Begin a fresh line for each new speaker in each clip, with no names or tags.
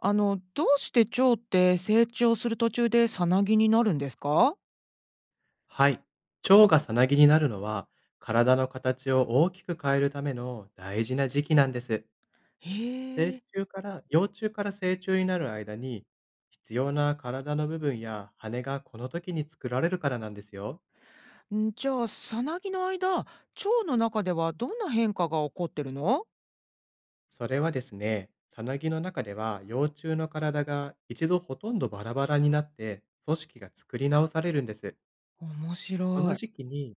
どうして蝶って成長する途中でさなぎになるんですか？
はい。蝶がさなぎになるのは、体の形を大きく変えるための大事な時期なんです。
へ
成
え。
虫から、幼虫から成虫になる間に、必要な体の部分や羽がこの時に作られるからなんですよ。
んじゃあさなぎの間、蝶の中ではどんな変化が起こってるの？
それはですね、さなぎの中では幼虫の体が一度ほとんどバラバラになって、組織が作り直されるんです。
面白
この
い。
時期に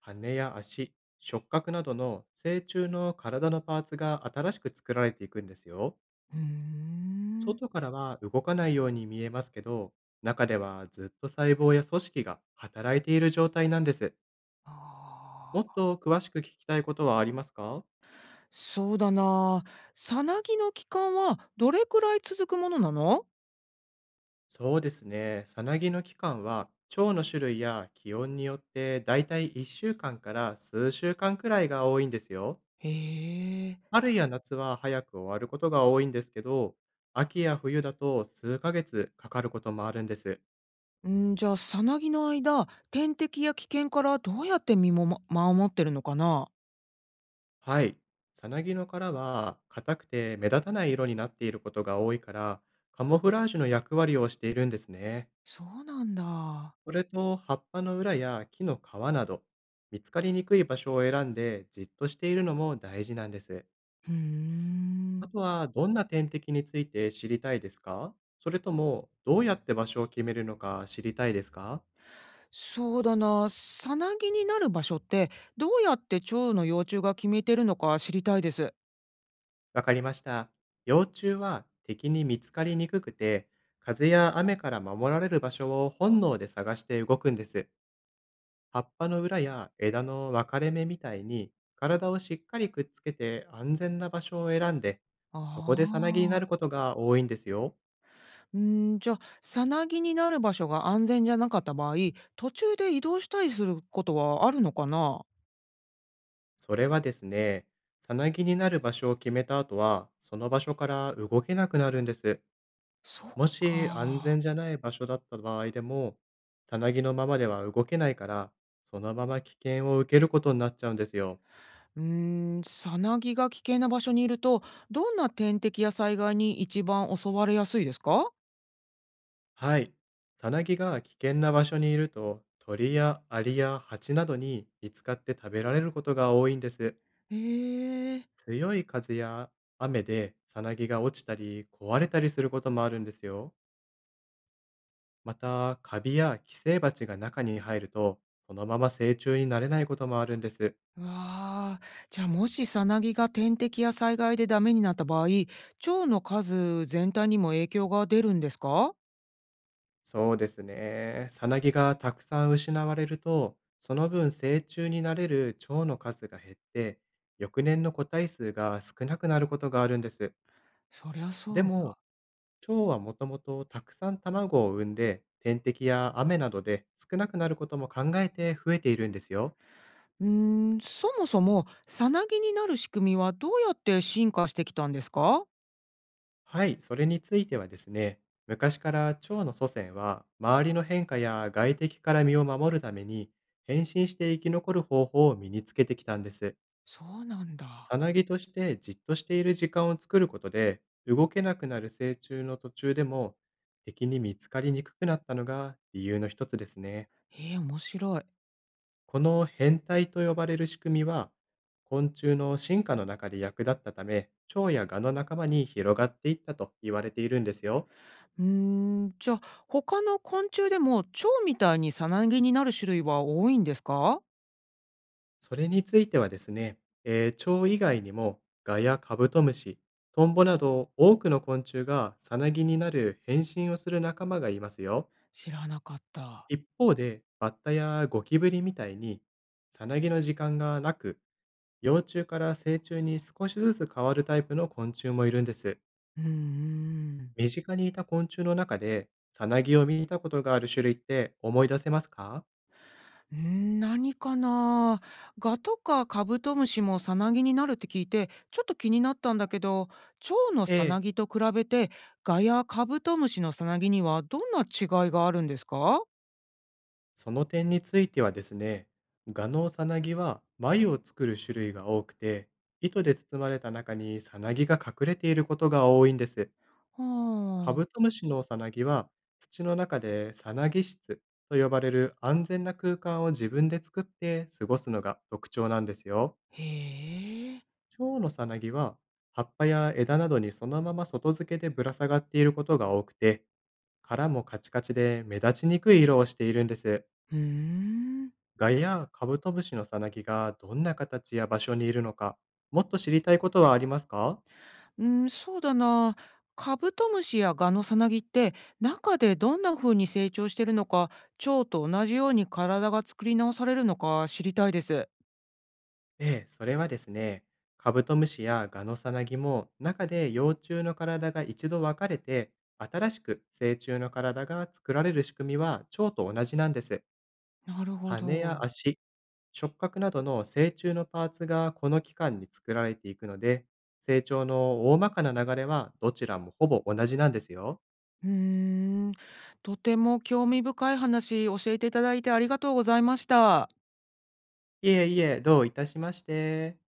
羽や足、触覚などの成虫の体のパーツが新しく作られていくんですよ。
うーん。
外からは動かないように見えますけど、中ではずっと細胞や組織が働いている状態なんです。も
あ
っ
あ。
と詳しく聞きたいことはありますか？
そうだな。さなぎの期間はどれくらい続くものなの？
そうですね。さなぎの期間は、腸の種類や気温によってだいたい1週間かんから数週間くらいが多いんですよ。
へえ。
春や夏は早く終わることが多いんですけど、秋や冬だと数ヶ月かかることもあるんです。
んじゃあさなぎの間、天敵や危険からどうやって身もま守ってるのかな？
はい。サナギの殻は硬くて目立たない色になっていることが多いから、カモフラージュの役割をしているんですね。
そうなんだ。
それと葉っぱの裏や木の皮など、見つかりにくい場所を選んでじっとしているのも大事なんです。
うー
あ
ん。
とはどんな天敵について知りたいですか？それともどうやって場所を決めるのか知りたいですか？
そうだな、さなぎになる場所ってどうやって蝶の幼虫が決めてるのか知りたいです。
わかりました。幼虫は敵に見つかりにくくて、風や雨から守られる場所を本能で探して動くんです。葉っぱの裏や枝の分かれ目みたいに、体をしっかりくっつけて安全な場所を選んで、
あ
そこでさなぎになるこ
あ。
とが多いんですよ。
うん、じゃあ、さなぎになる場所が安全じゃなかった場合、途中で移動したりすることはあるのかな？
それはですね、さなぎになる場所を決めた後は、その場所から動けなくなるんです。
そっ
もし安
か。
全じゃない場所だった場合でも、さなぎのままでは動けないから、そのまま危険を受けることになっちゃうんですよ。
うーん、さなぎが危険な場所にいると、どんな天敵や災害に一番襲われやすいですか？
はい。さなぎが危険な場所にいると、鳥やアリやハチなどに見つかって食べられることが多いんです。
へえ。
強い風や雨でさなぎが落ちたり壊れたりすることもあるんですよ。また、カビや寄生バチが中に入ると、そのまま成虫になれないこともあるんです。
うわあ、じゃあもしサナギが天敵や災害でダメになった場合、蝶の数全体にも影響が出るんですか？
そうですね。さなぎがたくさん失われると、その分成虫になれる蝶の数が減って、翌年の個体数が少なくなることがあるんです。
そりゃ
で
そう
も、
だ。
蝶はもともとたくさん卵を産んで、天敵や雨などで少なくなることも考えて増えているんですよ。
うーん、そもそもサナギになる仕組みはどうやって進化してきたんですか？
はい、それについてはですね、昔から蝶の祖先は、周りの変化や外敵から身を守るために、変身して生き残る方法を身につけてきたんです。
そうなんだ。
さなぎとしてじっとしている時間を作ることで、動けなくなる成虫の途中でも敵に見つかりにくくなったのが理由の一つですね。
へえ、面白い。
この変態と呼ばれる仕組みは、昆虫の進化の中で役立ったため、蝶やガの仲間に広がっていったと言われているんですよ。
うーん、じゃあ他の昆虫でも蝶みたいにサナギになる種類は多いんですか？
それについてはですね、蝶以外にもガやカブトムシ、トンボなど多くの昆虫がサナギになる変身をする仲間がいますよ。
知らなかった。
一方で、バッタやゴキブリみたいに、さなぎの時間がなく、幼虫から成虫に少しずつ変わるタイプの昆虫もいるんです。
うんうん。
身近にいた昆虫の中で、さなぎを見たことがある種類って思い出せますか？
うーん、何かな。ガとかカブトムシもサナギになるって聞いて、ちょっと気になったんだけど、蝶のサ
ええ、
ナギと比べて、ガやカブトムシのサナギにはどんな違いがあるんですか？
その点についてはですね、ガのサナギは繭を作る種類が多くて、糸で包まれた中にサナギが隠れていることが多いんです。カ
は
ブ
あ。
トムシのさなぎは、土の中でさなぎ室と呼ばれる安全な空間を自分で作って過ごすのが特徴なんですよ。
へえ。
蝶のさなぎは、葉っぱや枝などにそのまま外付けでぶら下がっていることが多くて、殻もカチカチで目立ちにくい色をしているんです。
うーん。
ガやカブトムシのさなぎがどんな形や場所にいるのか、もっと知りたいことはありますか？
うん、そうだな。カブトムシやガのサナギって、中でどんな風に成長してるのか、蝶と同じように体が作り直されるのか知りたいです。
ええ、それはですね、カブトムシやガノサナギも中で幼虫の体が一度分かれて、新しく成虫の体が作られる仕組みは蝶と同じなんです。
なるほ
羽や
ど。
足、触覚などの成虫のパーツがこの期間に作られていくので、成長の大まかな流れはどちらもほぼ同じなんですよ。
うーん、とても興味深い話教えていただいてありがとうございました。
いえいえ、どういたしまして。